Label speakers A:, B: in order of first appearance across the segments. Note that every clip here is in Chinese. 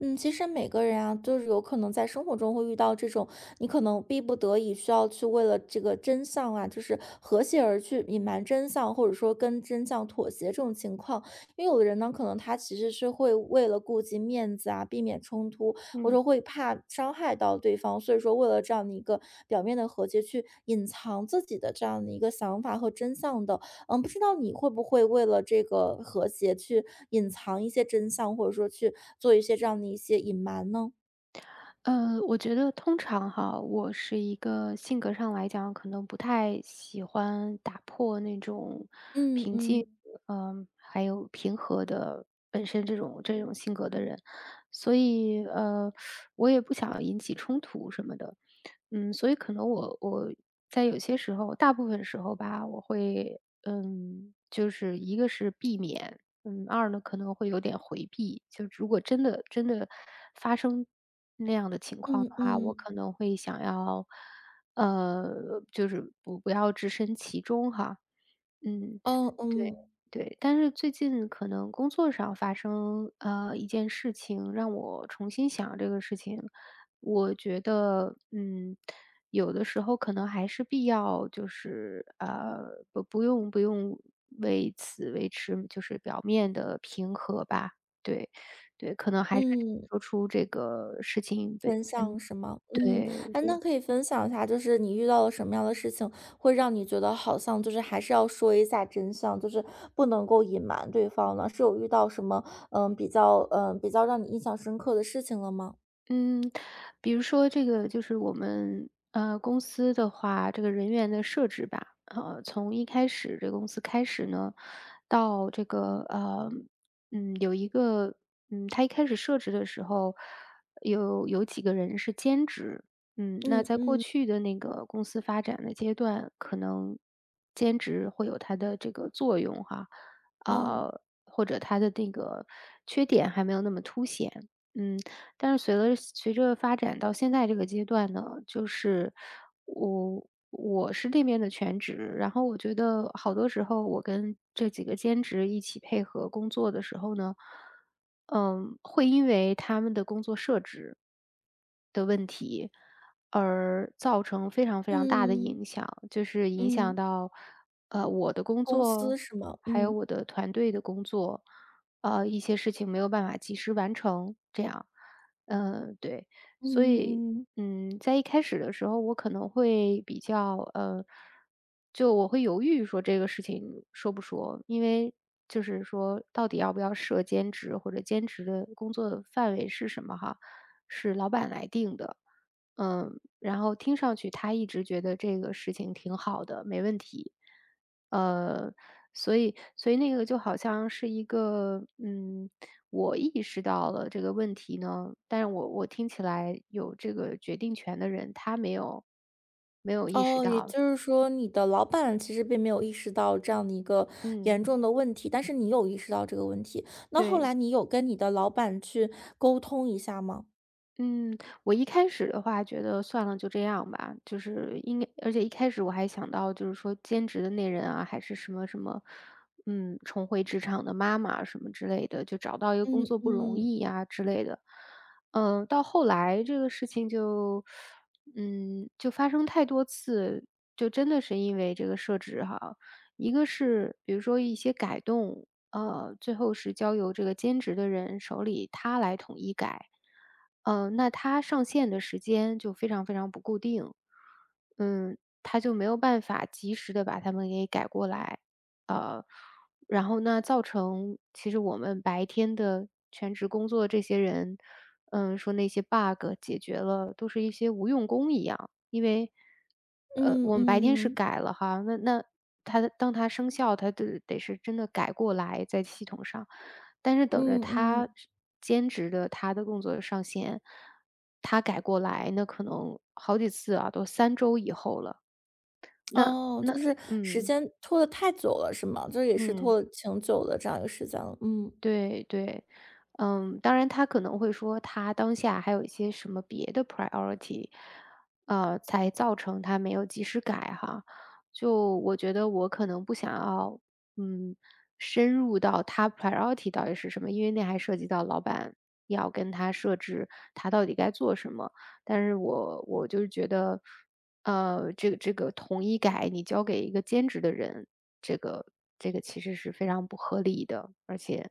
A: 嗯，其实每个人啊，就是有可能在生活中会遇到这种，你可能逼不得已需要去为了这个真相啊，就是和谐而去隐瞒真相，或者说跟真相妥协这种情况。因为有的人呢，可能他其实是会为了顾及面子啊，避免冲突，或者
B: 嗯，
A: 说会怕伤害到对方，所以说为了这样的一个表面的和解，去隐藏自己的这样的一个想法和真相的。嗯，不知道你会不会为了这个和谐去隐藏一些真相，或者说去做一些这样的一些隐瞒呢？
B: 我觉得通常哈，我是一个性格上来讲，可能不太喜欢打破那种
A: 嗯
B: 平静，
A: 嗯
B: 还有平和的本身这种性格的人，所以我也不想引起冲突什么的，嗯，所以可能我在有些时候，大部分时候吧，我会，嗯，就是一个是避免。嗯二呢，可能会有点回避，就如果真的真的发生那样的情况的
A: 嗯
B: 话，我
A: 嗯，
B: 可能会想要，呃，就是不要置身其中哈，嗯。
A: 嗯
B: 对，
A: 嗯
B: 对，但是最近可能工作上发生，一件事情让我重新想这个事情。我觉得，嗯，有的时候可能还是必要，就是不用为此维持就是表面的平和吧。对，对，可能还是得
A: 嗯，
B: 说出这个事情本
A: 真相是吗？嗯，
B: 对，
A: 哎，那
B: 对。
A: 可以分享一下，就是你遇到了什么样的事情，会让你觉得好像就是还是要说一下真相，就是不能够隐瞒对方呢？是有遇到什么比较让你印象深刻的事情了吗？
B: 嗯，比如说这个就是我们公司的话，这个人员的设置吧，从一开始这个公司开始呢，到这个嗯，有一个嗯，他一开始设置的时候，有几个人是兼职，嗯，那
A: 嗯
B: 在过
A: 嗯
B: 去的那个公司发展的阶段，可能兼职会有它的这个作用哈，
A: 嗯
B: 啊，或者它的那个缺点还没有那么凸显，嗯。但是随着发展到现在这个阶段呢，就是我是这边的全职，然后我觉得好多时候我跟这几个兼职一起配合工作的时候呢，嗯，会因为他们的工作设置，而造成非常非常大的
A: 嗯
B: 影响，就是影响
A: 嗯。
B: 到，我的工
A: 公司
B: 作，
A: 是吗？
B: 还有
A: 嗯，
B: 我的团队的工作，一些事情没有办法及时完成，这样，嗯，对，
A: 嗯
B: 所以，
A: 嗯，
B: 嗯，在一开始的时候，我可能会比较，就我会犹豫说这个事情说不说，因为就是说到底要不要设兼职或者兼职的工作范围是什么哈，是老板来定的。嗯，然后听上去他一直觉得这个事情挺好的，没问题。呃，所以那个就好像是一个，嗯，我意识到了这个问题呢，但是我听起来有这个决定权的人，他没有意识
A: 哦，也
B: 到。
A: 就是说你的老板其实并没有意识到这样的一个
B: 嗯，
A: 严重的问题，但是你有意识到这个问题，那后
B: 对。
A: 来你有跟你的老板去沟通一下吗？
B: 嗯，我一开始的话觉得算了，就这样吧，就是应该而且一开始我还想到就是说兼职的那人啊，还是什么什么，嗯，重回职场的妈妈什么之类的，就找到一个工
A: 嗯
B: 作不容
A: 嗯，
B: 易呀之类的。嗯，到后来这个事情就，嗯，就发生太多次，就真的是因为这个设置哈，一个是比如说一些改动，最后是交由这个兼职的人手里，他来统一改。嗯，那他上线的时间就非常非常不固定，嗯，他就没有办法及时的把它们给改过来，呃然后那造成其实我们白天的全职工作这些人，嗯，说那些 bug 解决了，都是一些无用功一样。因为，
A: 嗯
B: 我们白天是
A: 嗯，
B: 改了哈，那它当它生效，它得是真的改过来在系统上，但是等着
A: 嗯
B: 他
A: 嗯，
B: 是兼职的他的工作上线，他改过来，那可能好几次啊，都3周以后了。那
A: 哦，
B: 那
A: 就是时
B: 嗯
A: 间拖得太久了是吗？就是也是拖
B: 嗯。
A: 了挺久的这样一个时间了，嗯。
B: 对对，嗯，当然他可能会说他当下还有一些什么别的 priority，才造成他没有及时改哈。就我觉得我可能不想要，嗯，深入到他 priority 到底是什么，因为那还涉及到老板要跟他设置他到底该做什么。但是我就是觉得。这个统一改你交给一个兼职的人，这个这个其实是非常不合理的，而且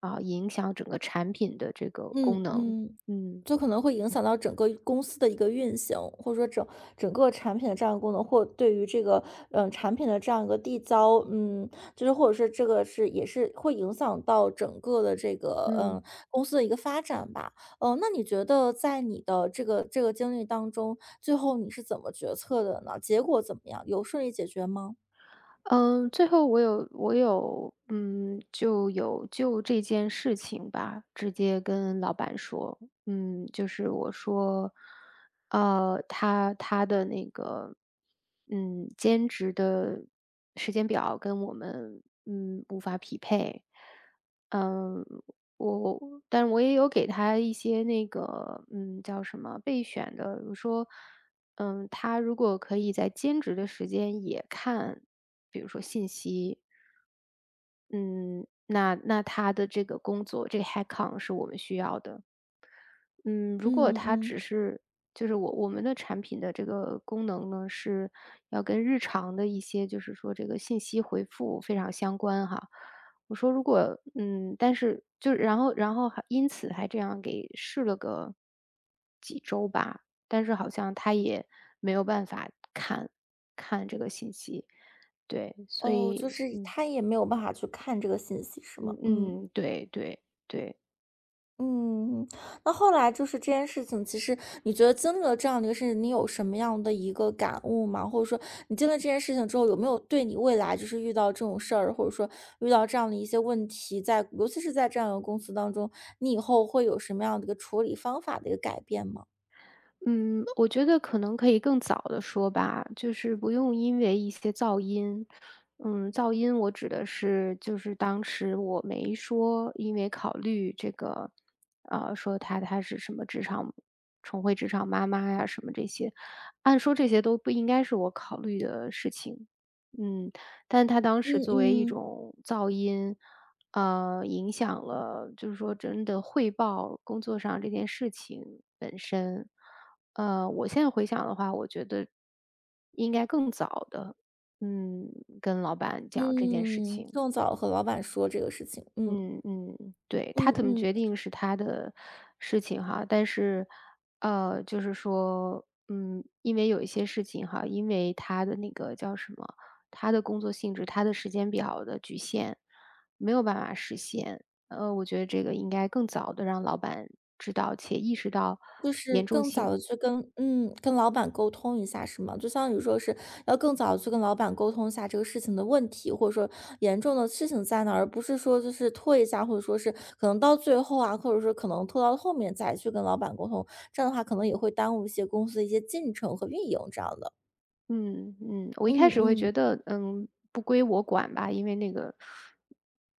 B: 啊，影响整个产品的这个
A: 嗯
B: 功能。
A: 嗯，
B: 嗯。
A: 就可能会影响到整个公司的一个运行，或者说整个产品的这样一个功能，或对于这个产品的这样一个递交，嗯，就是或者是这个是也是会影响到整个的这个
B: 嗯。
A: 公司的一个发展吧。嗯、那你觉得在你的这个经历当中，最后你是怎么决策的呢？结果怎么样？有顺利解决吗？
B: 嗯，最后我有，嗯，就有就这件事情吧，直接跟老板说，嗯，就是我说，他的那个，嗯，兼职的时间表跟我们，嗯，无法匹配，嗯，我，但我也有给他一些那个，嗯，叫什么备选的，我说，嗯，他如果可以在兼职的时间也看。比如说信息，嗯，那他的这个工作，这个 Hackathon 是我们需要的。嗯，如果
A: 嗯
B: 他
A: 嗯，
B: 只是就是我们的产品的这个功能呢，是要跟日常的一些就是说这个信息回复非常相关哈。我说如果嗯，但是就然后还因此还这样给试了个几周吧，但是好像他也没有办法看这个信息，对，所
A: 哦，就
B: 以
A: 是
B: 嗯。
A: 他也没有办法去看这个信息是吗？
B: 嗯
A: 嗯。
B: 嗯，对对对，
A: 嗯，那后来就是这件事情，其实你觉得经历了这样的一个事情，你有什么样的一个感悟吗？或者说，你经历这件事情之后，有没有对你未来就是遇到这种事儿，或者说遇到这样的一些问题在尤其是在这样的公司当中，你以后会有什么样的一个处理方法的一个改变吗？
B: 嗯，我觉得可能可以更早的说吧，就是不用因为一些噪音嗯，噪音我指的是就是当时我没说，因为考虑这个，说她是什么职场重回职场妈妈呀什么这些，按说这些都不应该是我考虑的事情。嗯，但她当时
A: 嗯
B: 作为一
A: 嗯。
B: 种噪音，影响了就是说真的汇报工作上这件事情本身。我现在回想的话，我觉得应该更早的，嗯，跟老板讲这件事
A: 嗯，
B: 情。
A: 更早和老板说这个事情，嗯。
B: 嗯嗯，对，他
A: 嗯
B: 怎么
A: 嗯。
B: 决定是他的事情哈，但是，就是说，嗯，因为有一些事情哈，因为他的那个叫什么，他的工作性质、他的时间表的局限，没有办法实现。我觉得这个应该更早的让老板知道且意识到
A: 就是
B: 严重
A: 更早的
B: 性。
A: 去跟嗯，跟老板沟通一下是吗？就相当于说是要更早的去跟老板沟通一下这个事情的问题，或者说严重的事情在哪儿，而不是说就是拖一下，或者说是可能到最后啊，或者说可能拖到后面再去跟老板沟通，这样的话可能也会耽误一些公司的一些进程和运营这样的。
B: 嗯嗯，我一
A: 嗯
B: 开始会
A: 嗯，
B: 觉得，嗯，不归我管吧，因为那个，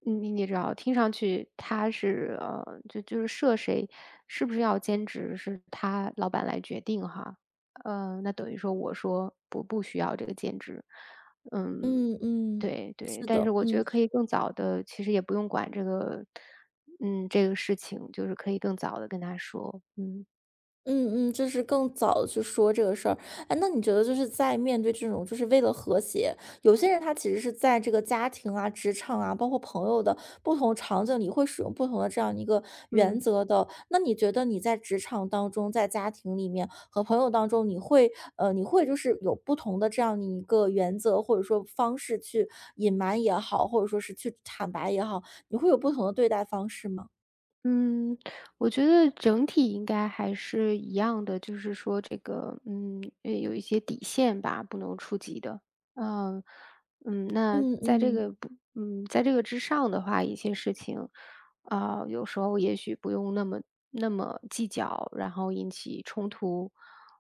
B: 嗯你知道，听上去他是就是设谁是不是要兼职，是他老板来决定哈。那等于说我说不需要这个兼职，嗯，
A: 嗯嗯，
B: 对对，
A: 是
B: 但是
A: 的，
B: 我觉
A: 嗯。
B: 得可以更早的，其实也不用管这个，嗯，这个事情，就是可以更早的跟他说，嗯
A: 嗯嗯，就是更早的去说这个事儿。哎，那你觉得就是在面对这种就是为了和谐，有些人他其实是在这个家庭啊、职场啊，包括朋友的不同场景里，会使用不同的这样一个原
B: 嗯。
A: 则的。那你觉得你在职场当中、在家庭里面和朋友当中，你会就是有不同的这样的一个原则，或者说方式去隐瞒也好，或者说是去坦白也好，你会有不同的对待方式吗？
B: 嗯，我觉得整体应该还是一样的，就是说这个，嗯，有一些底线吧，不能触及的。嗯嗯，那
A: 嗯
B: 在这个
A: 嗯
B: 不，嗯，在这个之上的话，一些事情，啊、有时候也许不用那么那么计较，然后引起冲突。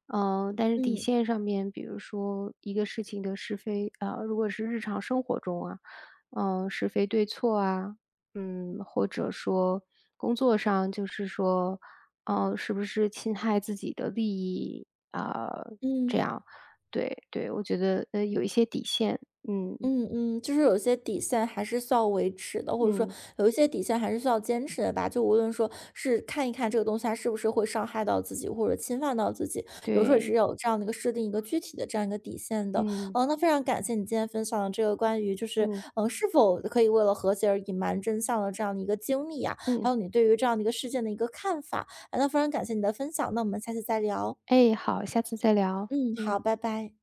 B: 嗯、但是底
A: 嗯
B: 线上面，比如说一个事情的是非，啊、如果是日常生活中啊，嗯、是非对错啊，嗯，或者说工作上就是说，哦，是不是侵害自己的利益啊，这
A: 嗯。
B: 样。对对，我觉得，有一些底线，嗯，
A: 嗯嗯，就是有些底线还是需要维持的，或者说
B: 嗯，
A: 有一些底线还是需要坚持的吧。就无论说是看一看这个东西它是不是会伤害到自己，或者侵犯到自己，有时候也是
B: 对，
A: 有这样的一个设定一个具体的这样一个底线的。
B: 嗯，
A: 嗯，那非常感谢你今天分享的这个关于就是
B: 嗯，
A: 嗯是否可以为了和谐而隐瞒真相的这样的一个经历啊，还
B: 嗯。
A: 有你对于这样的一个事件的一个看法。啊，那非常感谢你的分享，那我们下次再聊。
B: 哎，好，下次再聊，
A: 嗯，好，
B: 嗯。
A: 拜拜。